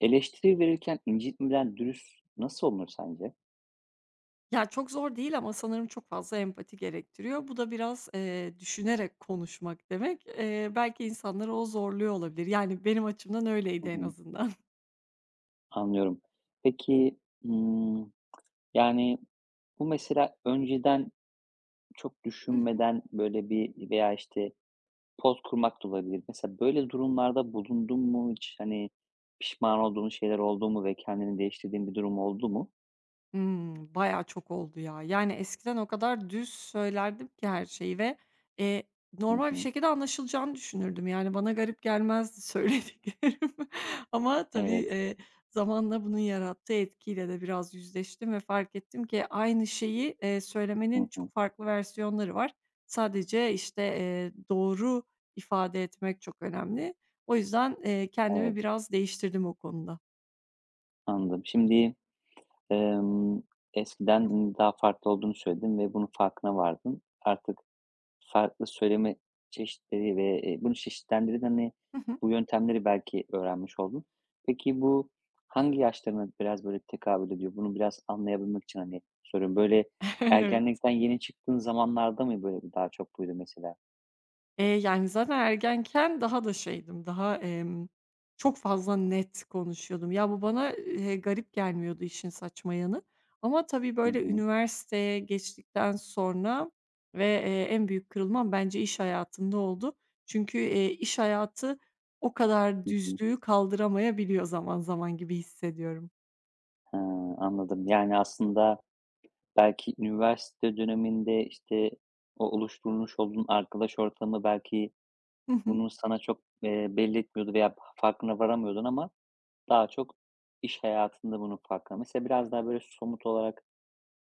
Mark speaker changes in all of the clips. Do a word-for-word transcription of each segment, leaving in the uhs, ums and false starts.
Speaker 1: Eleştiri verirken incitmeden dürüst nasıl olunur sence?
Speaker 2: Ya, çok zor değil ama sanırım çok fazla empati gerektiriyor. Bu da biraz, eee, düşünerek konuşmak demek. Eee, belki insanları o zorluyor olabilir. Yani benim açımdan
Speaker 1: Hı
Speaker 2: öyleydi en
Speaker 1: hı.
Speaker 2: azından.
Speaker 1: Anlıyorum. Peki, ımm, yani, bu mesela önceden çok düşünmeden, böyle, bir veya, işte, poz kurmak da olabilir. Mesela böyle durumlarda bulundun mu hiç? Hani, pişman olduğun şeyler oldu mu ve kendini değiştirdiğin bir durum oldu mu?
Speaker 2: Hımm, bayağı çok oldu ya. Yani, eskiden o kadar düz söylerdim ki her şeyi ve, eee,
Speaker 1: Hı
Speaker 2: normal bir
Speaker 1: hı.
Speaker 2: şekilde anlaşılacağını düşünürdüm. Yani, bana garip gelmezdi söylediklerim ama tabii,
Speaker 1: Evet.
Speaker 2: eee, zamanla bunun yarattığı etkiyle de biraz yüzleştim ve fark ettim ki aynı şeyi, eee,
Speaker 1: Hı
Speaker 2: söylemenin
Speaker 1: hı.
Speaker 2: çok farklı versiyonları var. Sadece, işte, eee, doğru ifade etmek çok önemli. O yüzden, eee, kendimi
Speaker 1: Evet,
Speaker 2: biraz değiştirdim o konuda.
Speaker 1: anladım. Şimdi, emm, eskiden, daha farklı olduğunu söyledin ve bunun farkına vardın. Artık farklı söyleme çeşitleri ve, eee, bunu çeşitlendiren, hani, bu yöntemleri belki öğrenmiş oldun. Peki bu hangi yaşlarına biraz, böyle, tekabül ediyor? Bunu biraz anlayabilmek için, hani, soruyorum. Böyle,
Speaker 2: Evet.
Speaker 1: ergenlikten yeni çıktığın zamanlarda mı, böyle, bir daha çok buydu mesela?
Speaker 2: Eee, yani, zaten ergenken daha da şeydim, daha, emm, çok fazla net konuşuyordum. Ya, bu bana, eee, garip gelmiyordu işin saçma yanı ama tabii,
Speaker 1: Hı
Speaker 2: böyle,
Speaker 1: hı.
Speaker 2: üniversiteye geçtikten sonra ve, eee, en büyük kırılmam bence iş hayatında oldu. Çünkü, eee, iş hayatı o kadar
Speaker 1: Hı hı.
Speaker 2: düzlüğü kaldıramayabiliyor zaman zaman gibi hissediyorum.
Speaker 1: He, anladım. Yani, aslında belki üniversite döneminde, işte, o oluşturmuş olduğun arkadaş ortamı belki
Speaker 2: Hı hı.
Speaker 1: bunu sana çok, eee, belli etmiyordu veya farkına varamıyordun ama daha çok iş hayatında bunun farkına, mesela biraz daha böyle somut olarak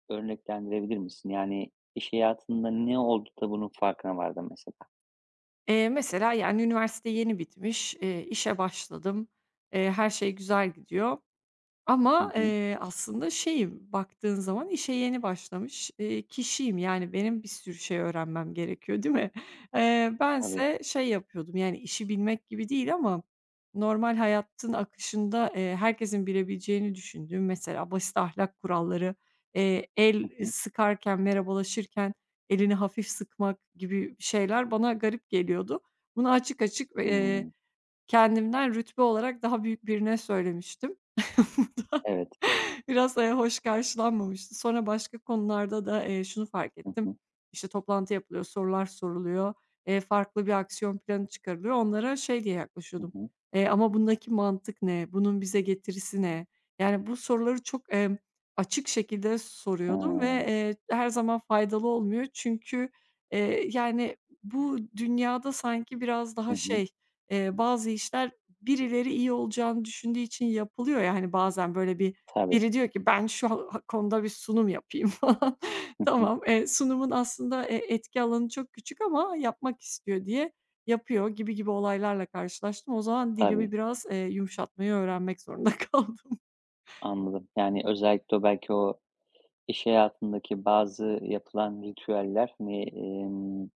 Speaker 1: örneklendirebilir misin? Yani iş hayatında ne oldu da bunun farkına vardın mesela?
Speaker 2: Eee, mesela, yani, üniversite yeni bitmiş, eee, işe başladım, eee, her şey güzel gidiyor.
Speaker 1: Hı
Speaker 2: Ama,
Speaker 1: hı.
Speaker 2: eee, aslında şeyim, baktığın zaman işe yeni başlamış, eee, kişiyim. Yani benim bir sürü şey öğrenmem gerekiyor, değil mi? Eee,
Speaker 1: Tabii.
Speaker 2: bense şey yapıyordum, yani işi bilmek gibi değil ama normal hayatın akışında, eee, herkesin bilebileceğini düşündüğüm mesela basit ahlak kuralları, eee,
Speaker 1: Hı
Speaker 2: el
Speaker 1: hı.
Speaker 2: sıkarken, merhabalaşırken elini hafif sıkmak gibi şeyler bana garip geliyordu. Bunu açık açık, eee,
Speaker 1: Hımm.
Speaker 2: kendimden rütbe olarak daha büyük birine söylemiştim.
Speaker 1: Evet.
Speaker 2: Biraz, eee, hoş karşılanmamıştı. Sonra başka konularda da, eee, şunu fark
Speaker 1: Hı
Speaker 2: ettim.
Speaker 1: hı.
Speaker 2: İşte, toplantı yapılıyor, sorular soruluyor, eee, farklı bir aksiyon planı çıkarılıyor. Onlara şey diye
Speaker 1: Hı
Speaker 2: yaklaşıyordum,
Speaker 1: hı.
Speaker 2: eee, "Ama bundaki mantık ne? Bunun bize getirisi ne?" Yani, bu soruları çok, emm, açık şekilde soruyordum ve,
Speaker 1: Hıı.
Speaker 2: eee, her zaman faydalı olmuyor. Çünkü, eee, yani, bu dünyada sanki biraz
Speaker 1: Hı
Speaker 2: daha
Speaker 1: hı.
Speaker 2: şey, eee, bazı işler birileri iyi olacağını düşündüğü için yapılıyor ya, hani, bazen böyle bir
Speaker 1: Tabii.
Speaker 2: biri diyor ki, "Ben şu ha konuda bir sunum yapayım." falan.
Speaker 1: Hı hı.
Speaker 2: Tamam, eee, sunumun aslında, eee, etki alanı çok küçük ama yapmak istiyor diye yapıyor gibi gibi olaylarla karşılaştım. O zaman dilimi
Speaker 1: Tabii.
Speaker 2: biraz, eee, yumuşatmayı öğrenmek zorunda kaldım.
Speaker 1: Anladım. Yani özellikle o belki o iş hayatındaki bazı yapılan ritüeller, hani, emm,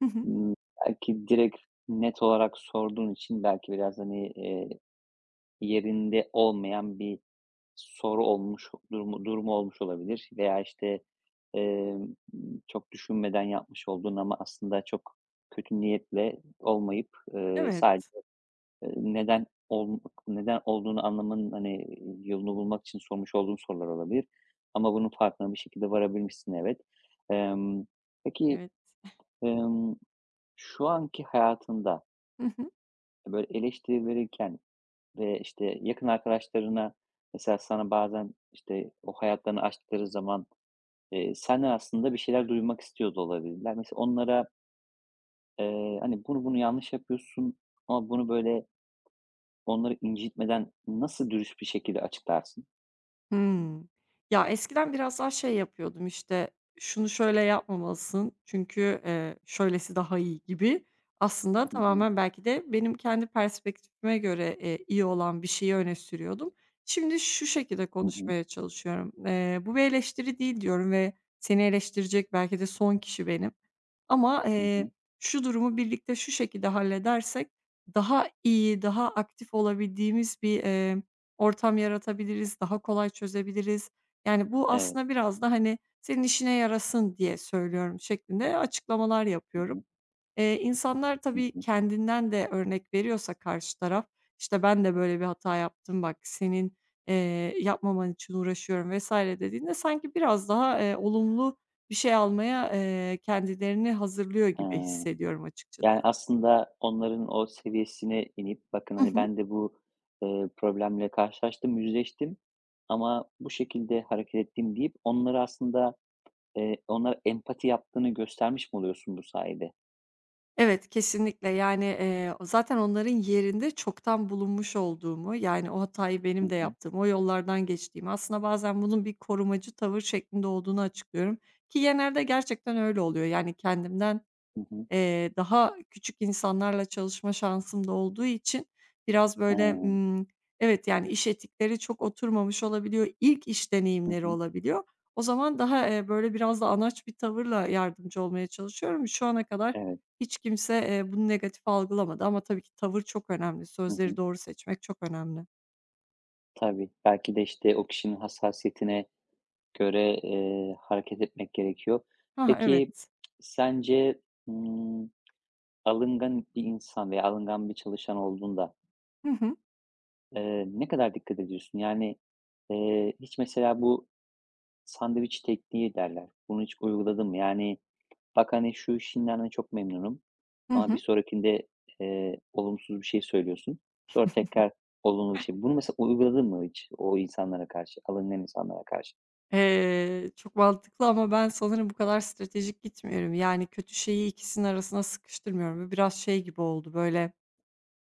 Speaker 2: Hı hı.
Speaker 1: ımm, belki direkt net olarak sorduğun için belki biraz, hani, eee, yerinde olmayan bir soru olmuş, durumu durumu olmuş olabilir veya, işte, emm, çok düşünmeden yapmış olduğun ama aslında çok kötü niyetle olmayıp, eee,
Speaker 2: Evet,
Speaker 1: sadece, eee, neden ol neden olduğunu anlamanın, hani, yolunu bulmak için sormuş olduğun sorular olabilir ama bunun farkına bir şekilde varabilmişsin, evet. Emm, peki,
Speaker 2: evet.
Speaker 1: emm, şu anki hayatında,
Speaker 2: Hı hı.
Speaker 1: böyle, eleştiri verirken ve, işte, yakın arkadaşlarına mesela sana bazen, işte, o hayatlarını açtıkları zaman, eee, senden aslında bir şeyler duymak istiyor da olabilirler. Mesela onlara, eee, hani, "Bunu, bunu yanlış yapıyorsun." ama bunu, böyle, onları incitmeden nasıl dürüst bir şekilde açıklarsın?
Speaker 2: Hımm. Ya, eskiden biraz daha şey yapıyordum, işte, şunu şöyle yapmamalısın çünkü, eee, şöylesi daha iyi gibi. Aslında
Speaker 1: Hı hı.
Speaker 2: tamamen belki de benim kendi perspektifime göre, eee, iyi olan bir şeyi öne sürüyordum. Şimdi şu şekilde
Speaker 1: Hı hı.
Speaker 2: konuşmaya çalışıyorum. Eee, "Bu bir eleştiri değil." diyorum ve seni eleştirecek belki de son kişi benim. Ama,
Speaker 1: Hı
Speaker 2: eee,
Speaker 1: hı.
Speaker 2: şu durumu birlikte şu şekilde halledersek daha iyi, daha aktif olabildiğimiz bir, eee, ortam yaratabiliriz, daha kolay çözebiliriz. Yani, bu
Speaker 1: Evet.
Speaker 2: aslında biraz da, hani, "Senin işine yarasın diye söylüyorum." şeklinde açıklamalar
Speaker 1: Hı
Speaker 2: yapıyorum.
Speaker 1: hı.
Speaker 2: Eee, insanlar
Speaker 1: Hı
Speaker 2: tabii
Speaker 1: hı.
Speaker 2: kendinden de örnek veriyorsa karşı taraf, işte, "Ben de böyle bir hata yaptım, bak senin, eee, yapmaman için uğraşıyorum." vesaire dediğinde sanki biraz daha, eee, olumlu bir şey almaya, eee, kendilerini hazırlıyor gibi
Speaker 1: Hıı.
Speaker 2: hissediyorum
Speaker 1: Yani,
Speaker 2: açıkçası.
Speaker 1: aslında onların o seviyesine inip, "Bakın, hani, ben de bu, eee, problemle karşılaştım, yüzleştim ama bu şekilde hareket ettim." deyip onları aslında, Eee, onlara empati yaptığını göstermiş mi oluyorsun bu sayede?
Speaker 2: Evet, kesinlikle. Yani, eee, zaten onların yerinde çoktan bulunmuş olduğumu, yani, o hatayı benim
Speaker 1: Hı
Speaker 2: de
Speaker 1: hı.
Speaker 2: yaptığımı, o yollardan geçtiğimi, aslında bazen bunun bir korumacı tavır şeklinde olduğunu açıklıyorum ki genelde gerçekten öyle oluyor. Yani, kendimden
Speaker 1: Hı hı.
Speaker 2: Eee, daha küçük insanlarla çalışma şansım da olduğu için biraz böyle,
Speaker 1: Hıı.
Speaker 2: ımm, evet, yani, iş etikleri çok oturmamış olabiliyor. İlk iş
Speaker 1: Hı
Speaker 2: deneyimleri
Speaker 1: hı.
Speaker 2: olabiliyor. O zaman daha, eee, böyle biraz da anaç bir tavırla yardımcı olmaya çalışıyorum. Şu ana kadar
Speaker 1: Evet.
Speaker 2: hiç kimse, eee, bunu negatif algılamadı ama tabii ki tavır çok önemli.
Speaker 1: Hı
Speaker 2: Sözleri
Speaker 1: hı.
Speaker 2: doğru seçmek çok önemli.
Speaker 1: Tabii. Belki de, işte, o kişinin hassasiyetine göre, eee, hareket etmek gerekiyor.
Speaker 2: Ha ha,
Speaker 1: Peki,
Speaker 2: evet.
Speaker 1: sence, ımm, alıngan bir insan veya alıngan bir çalışan olduğunda,
Speaker 2: Hı hı.
Speaker 1: eee, ne kadar dikkat ediyorsun? Yani, eee, hiç mesela bu sandviç tekniği derler. Bunu hiç uyguladın mı? Yani, bak, hani, şu işinden, hani, çok memnunum
Speaker 2: Hı
Speaker 1: ama bir
Speaker 2: hı.
Speaker 1: sonrakinde, eee, olumsuz bir şey söylüyorsun. Sonra tekrar olumlu bir şey. Bunu mesela uyguladın mı hiç o insanlara karşı, alınan insanlara karşı?
Speaker 2: Eee, çok mantıklı ama ben sanırım bu kadar stratejik gitmiyorum. Yani, kötü şeyi ikisinin arasına sıkıştırmıyorum. Bu biraz şey gibi oldu, böyle,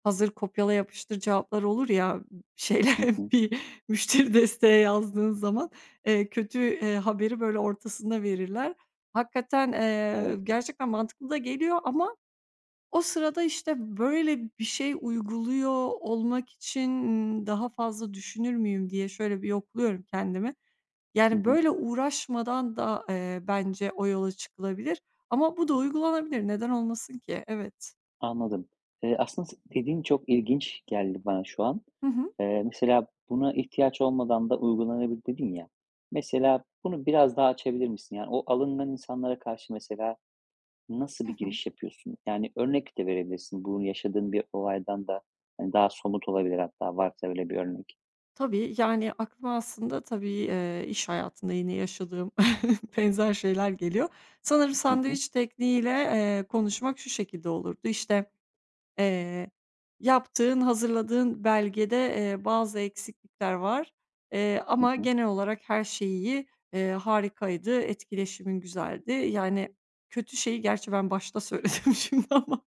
Speaker 2: hazır kopyala yapıştır cevaplar olur ya, şeyler
Speaker 1: Hı hı.
Speaker 2: bir müşteri desteğe yazdığın zaman, eee, kötü, eee, haberi, böyle, ortasında verirler. Hakikaten, eee,
Speaker 1: Evet.
Speaker 2: gerçekten mantıklı da geliyor ama o sırada, işte, böyle bir şey uyguluyor olmak için, daha fazla düşünür müyüm diye şöyle bir yokluyorum kendimi.
Speaker 1: Hı
Speaker 2: Yani,
Speaker 1: hı.
Speaker 2: böyle uğraşmadan da, eee, bence o yola çıkılabilir ama bu da uygulanabilir. Neden olmasın ki? Evet.
Speaker 1: Anladım. Eee, aslında s dediğin çok ilginç geldi bana şu an.
Speaker 2: Hı hı.
Speaker 1: Eee, mesela buna ihtiyaç olmadan da uygulanabilir dedin ya. Mesela bunu biraz daha açabilir misin? Yani o alınan insanlara karşı mesela nasıl
Speaker 2: Hı
Speaker 1: bir
Speaker 2: hı.
Speaker 1: giriş yapıyorsun? Yani örnek de verebilirsin. Bunu yaşadığın bir olaydan da, hani, daha somut olabilir hatta varsa öyle bir örnek.
Speaker 2: Tabii, yani, aklıma aslında tabii, eee, iş hayatında yine yaşadığım benzer şeyler geliyor. Sanırım
Speaker 1: Hı hı.
Speaker 2: sandviç tekniğiyle, eee, konuşmak şu şekilde olurdu: İşte Eee, yaptığın, hazırladığın belgede, eee, bazı eksiklikler var, eee,
Speaker 1: Hı
Speaker 2: ama
Speaker 1: hı.
Speaker 2: genel olarak her şeyi, eee, harikaydı, etkileşimin güzeldi. Yani, kötü şeyi gerçi ben başta söyledim şimdi ama,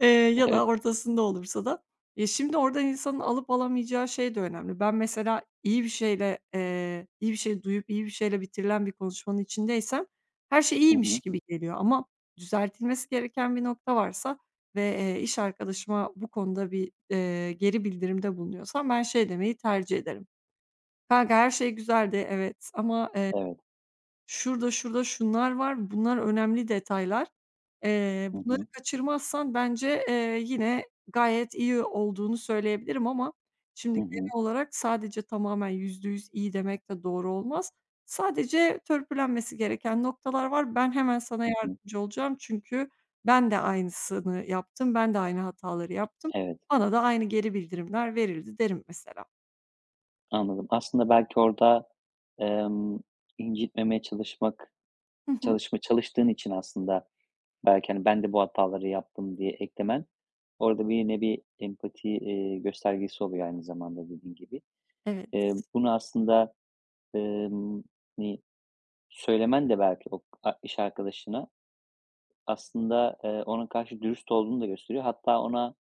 Speaker 2: eee, ya
Speaker 1: Evet.
Speaker 2: da ortasında olursa da, eee, şimdi oradan insanın alıp alamayacağı şey de önemli. Ben mesela iyi bir şeyle, eee, iyi bir şey duyup iyi bir şeyle bitirilen bir konuşmanın içindeysem her şey
Speaker 1: Hı
Speaker 2: iyiymiş
Speaker 1: hı.
Speaker 2: gibi geliyor ama düzeltilmesi gereken bir nokta varsa ve, eee, iş arkadaşıma bu konuda bir, eee, geri bildirimde bulunuyorsam ben şey demeyi tercih ederim: "Kanka her şey güzeldi, evet ama,
Speaker 1: Evet.
Speaker 2: şurada, şurada şunlar var, bunlar önemli detaylar. Eee,
Speaker 1: Hı
Speaker 2: bunları
Speaker 1: hı.
Speaker 2: kaçırmazsan bence, eee, yine gayet iyi olduğunu söyleyebilirim ama şimdi
Speaker 1: Hı hı.
Speaker 2: genel olarak sadece tamamen yüzde yüz iyi demek de doğru olmaz. Sadece törpülenmesi gereken noktalar var. Ben hemen sana
Speaker 1: Hı hı.
Speaker 2: yardımcı olacağım çünkü ben de aynısını yaptım, ben de aynı hataları yaptım.
Speaker 1: Evet,
Speaker 2: Bana da aynı geri bildirimler verildi derim mesela.
Speaker 1: anladım. Aslında belki orada, emm, incitmemeye çalışmak,
Speaker 2: Hı hı.
Speaker 1: çalışma çalıştığın için aslında belki, hani, "Ben de bu hataları yaptım." diye eklemen orada bir nevi empati, eee, göstergesi oluyor aynı zamanda dediğin gibi.
Speaker 2: Evet,
Speaker 1: Eee, bunu aslında, emm, hani, söylemen de belki o a iş arkadaşına aslında, eee, ona karşı dürüst olduğunu da gösteriyor. Hatta ona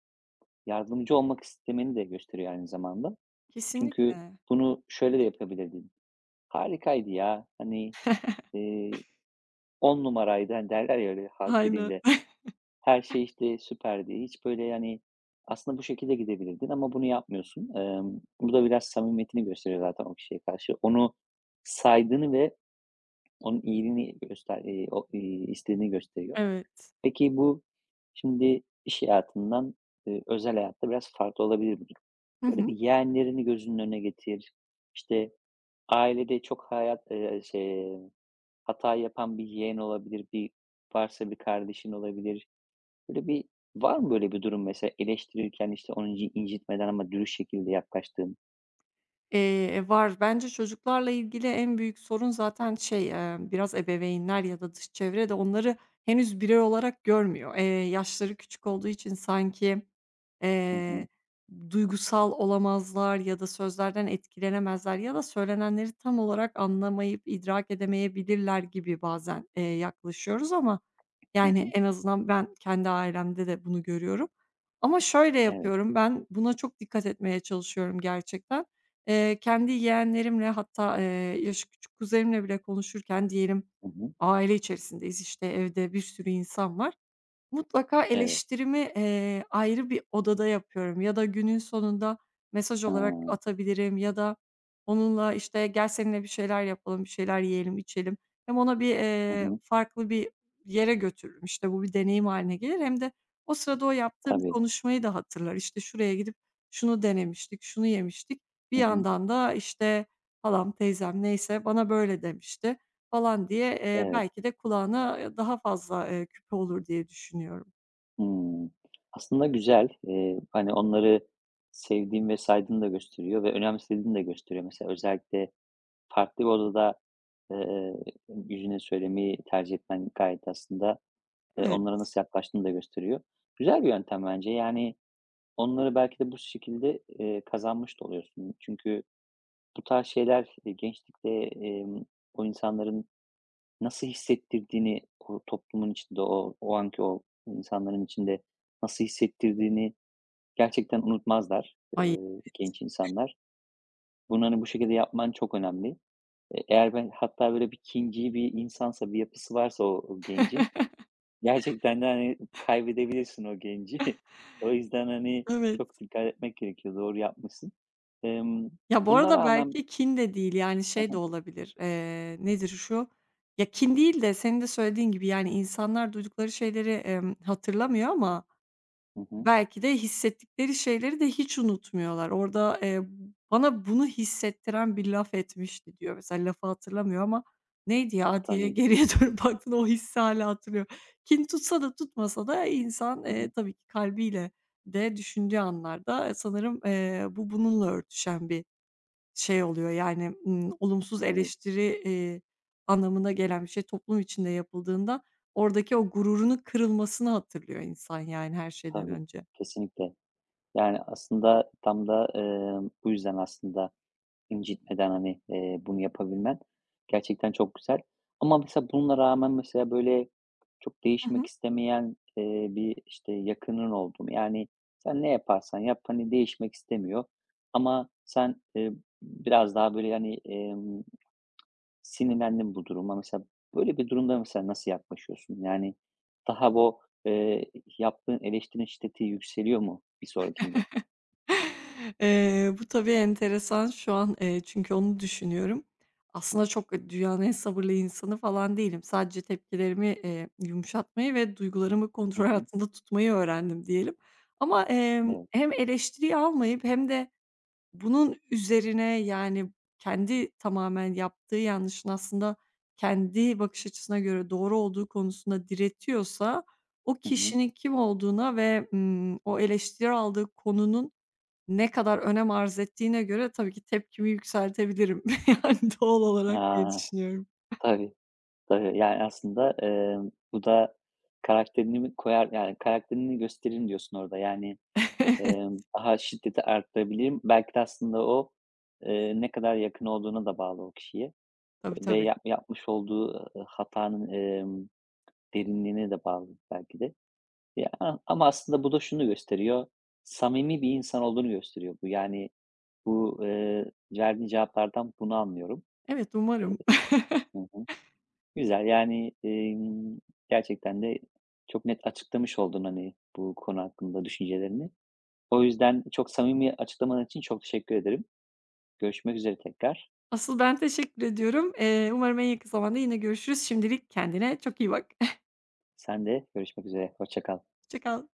Speaker 1: yardımcı olmak istemeni de gösteriyor aynı zamanda. Çünkü
Speaker 2: kesinlikle.
Speaker 1: bunu şöyle de yapabilirdin. "Harikaydı ya, hani, eee, on numaraydı." Hani, derler ya öyle halk
Speaker 2: Aynen.
Speaker 1: dilinde. Her şey, işte, süperdi. Hiç böyle, yani aslında bu şekilde gidebilirdin ama bunu yapmıyorsun. Emm, bu da biraz samimiyetini gösteriyor zaten o kişiye karşı. Onu saydığını ve onun iyiliğini göster eee, o, iii, istediğini gösteriyor.
Speaker 2: Evet.
Speaker 1: Peki bu şimdi iş hayatından, eee, özel hayatta biraz farklı olabilir bu durum.
Speaker 2: Hı
Speaker 1: Böyle
Speaker 2: hı.
Speaker 1: bir yeğenlerini gözünün önüne getir. İşte, ailede çok hayat, eee, şey, hata yapan bir yeğen olabilir, bir varsa bir kardeşin olabilir. Böyle bir var mı böyle bir durum mesela eleştirirken, işte, onu inci incitmeden ama dürüst şekilde yaklaştığın?
Speaker 2: Eee, var. Bence çocuklarla ilgili en büyük sorun zaten şey, eee, biraz ebeveynler ya da dış çevre de onları henüz birey olarak görmüyor. Eee, yaşları küçük olduğu için sanki,
Speaker 1: Hı
Speaker 2: eee,
Speaker 1: hı.
Speaker 2: duygusal olamazlar ya da sözlerden etkilenemezler ya da söylenenleri tam olarak anlamayıp idrak edemeyebilirler gibi bazen, eee, yaklaşıyoruz ama
Speaker 1: Hı
Speaker 2: yani
Speaker 1: hı.
Speaker 2: en azından ben kendi ailemde de bunu görüyorum. Ama şöyle
Speaker 1: Evet.
Speaker 2: yapıyorum, ben buna çok dikkat etmeye çalışıyorum gerçekten. Eee, kendi yeğenlerimle hatta, eee, yaşı küçük kuzenimle bile konuşurken diyelim
Speaker 1: Hı hı.
Speaker 2: aile içerisindeyiz, işte, evde bir sürü insan var. Mutlaka
Speaker 1: Evet.
Speaker 2: eleştirimi, eee, ayrı bir odada yapıyorum ya da günün sonunda mesaj
Speaker 1: Ha.
Speaker 2: olarak atabilirim ya da onunla, işte, "Gel seninle bir şeyler yapalım, bir şeyler yiyelim, içelim." Hem ona bir,
Speaker 1: Hı
Speaker 2: eee,
Speaker 1: hı.
Speaker 2: farklı bir yere götürürüm. İşte, bu bir deneyim haline gelir hem de o sırada o yaptığım
Speaker 1: Tabii.
Speaker 2: konuşmayı da hatırlar. İşte, "Şuraya gidip şunu denemiştik, şunu yemiştik. Bir
Speaker 1: Hı hı.
Speaker 2: yandan da, işte, halam, teyzem neyse bana böyle demişti falan diye, eee,
Speaker 1: Evet.
Speaker 2: belki de kulağına, eee, daha fazla, eee, küpe olur diye düşünüyorum.
Speaker 1: Hımm. Aslında güzel. Eee, hani, onları sevdiğin ve saydığını da gösteriyor ve önemsediğini de gösteriyor. Mesela özellikle farklı bir odada, eee, yüzüne söylemeyi tercih etmen gayet aslında, eee,
Speaker 2: Evet.
Speaker 1: onlara nasıl yaklaştığını da gösteriyor. Güzel bir yöntem bence. Yani, onları belki de bu şekilde, eee, kazanmış da oluyorsun. Çünkü bu tarz şeyler, eee, gençlikte, emm, o insanların nasıl hissettirdiğini, o toplumun içinde, o o anki o insanların içinde nasıl hissettirdiğini, gerçekten unutmazlar, eee,
Speaker 2: Ay,
Speaker 1: genç insanlar. Bunları bu şekilde yapman çok önemli. E eğer ben hatta böyle bir kinci bir insansa, bir yapısı varsa o o gencin, gerçekten de, hani, kaybedebilirsin o genci. O yüzden, hani,
Speaker 2: evet.
Speaker 1: çok dikkat etmek gerekiyor. Doğru yapmışsın. Emm,
Speaker 2: Ya, bu
Speaker 1: Buna
Speaker 2: arada
Speaker 1: rağmen.
Speaker 2: belki kin de değil, yani,
Speaker 1: Hı
Speaker 2: şey de
Speaker 1: hı.
Speaker 2: olabilir, eee, nedir şu? Ya, kin değil de senin de söylediğin gibi, yani, insanlar duydukları şeyleri, emm, hatırlamıyor ama
Speaker 1: Hı hı.
Speaker 2: belki de hissettikleri şeyleri de hiç unutmuyorlar. Orada, eee, "Bana bunu hissettiren bir laf etmişti." diyor. Mesela lafı hatırlamıyor ama "Neydi ya?" diye
Speaker 1: Tabii.
Speaker 2: geriye dönüp baktığında o hissi hâlâ hatırlıyor. Kin tutsa da tutmasa da insan,
Speaker 1: Hı
Speaker 2: eee,
Speaker 1: hı.
Speaker 2: tabii ki kalbiyle de düşündüğü anlarda sanırım, eee, bu bununla örtüşen bir şey oluyor. Yani, ımm, olumsuz
Speaker 1: Tabii,
Speaker 2: eleştiri, eee, anlamına gelen bir şey toplum içinde yapıldığında oradaki o gururunun kırılmasını hatırlıyor insan yani her şeyden
Speaker 1: tabii.
Speaker 2: önce.
Speaker 1: Kesinlikle. Yani, aslında tam da, emm, bu yüzden aslında incitmeden, hani, eee, bunu yapabilmen gerçekten çok güzel. Ama mesela bununla rağmen mesela, böyle, çok
Speaker 2: Hı
Speaker 1: değişmek
Speaker 2: hı.
Speaker 1: istemeyen, eee, bir, işte, yakının oldu mu? Yani sen ne yaparsan yap, hani, değişmek istemiyor ama sen, eee, biraz daha, böyle, hani, emm, sinirlendin bu duruma. Mesela böyle bir durumda mesela nasıl yaklaşıyorsun? Yani daha bu, eee, yaptığın eleştirinin şiddeti yükseliyor mu bir sonrakinde?
Speaker 2: Eee, bu tabii enteresan şu an, eee, çünkü onu düşünüyorum. Aslında çok, dünyanın en sabırlı insanı falan değilim. Sadece tepkilerimi, eee, yumuşatmayı ve duygularımı
Speaker 1: Hı
Speaker 2: kontrol
Speaker 1: hı.
Speaker 2: altında tutmayı öğrendim diyelim. Ama, emm,
Speaker 1: Evet.
Speaker 2: hem eleştiriyi almayıp hem de bunun üzerine, yani, kendi tamamen yaptığı yanlışın aslında kendi bakış açısına göre doğru olduğu konusunda diretiyorsa o
Speaker 1: Hı hı.
Speaker 2: kişinin kim olduğuna ve, ımm, o eleştiri aldığı konunun ne kadar önem arz ettiğine göre tabii ki tepkimi yükseltebilirim yani doğal olarak diye
Speaker 1: Ha,
Speaker 2: düşünüyorum.
Speaker 1: tabii. Tabii, yani, aslında, emm, bu da karakterini mi koyar, yani karakterini gösteririm diyorsun orada. Yani,
Speaker 2: Evet,
Speaker 1: emm, daha şiddeti arttırabilirim. Belki de aslında o, eee, ne kadar yakın olduğuna da bağlı o kişiye
Speaker 2: tabii,
Speaker 1: ve
Speaker 2: tabii.
Speaker 1: yap yapmış olduğu, ııı, hatanın, emm, derinliğine de bağlı belki de. Ya, ama aslında bu da şunu gösteriyor, samimi bir insan olduğunu gösteriyor bu. Yani, bu, eee, verdiğin cevaplardan bunu anlıyorum.
Speaker 2: Evet,
Speaker 1: Eee
Speaker 2: umarım.
Speaker 1: Hı hı. Güzel, yani, emm, gerçekten de çok net açıklamış oldun, hani, bu konu hakkında düşüncelerini. O yüzden çok samimi açıklaman için çok teşekkür ederim. Görüşmek üzere tekrar.
Speaker 2: Asıl ben teşekkür ediyorum. Eee, umarım en yakın zamanda yine görüşürüz. Şimdilik kendine çok iyi bak.
Speaker 1: Sen de görüşmek üzere. Hoşça kal.
Speaker 2: Hoşça kal.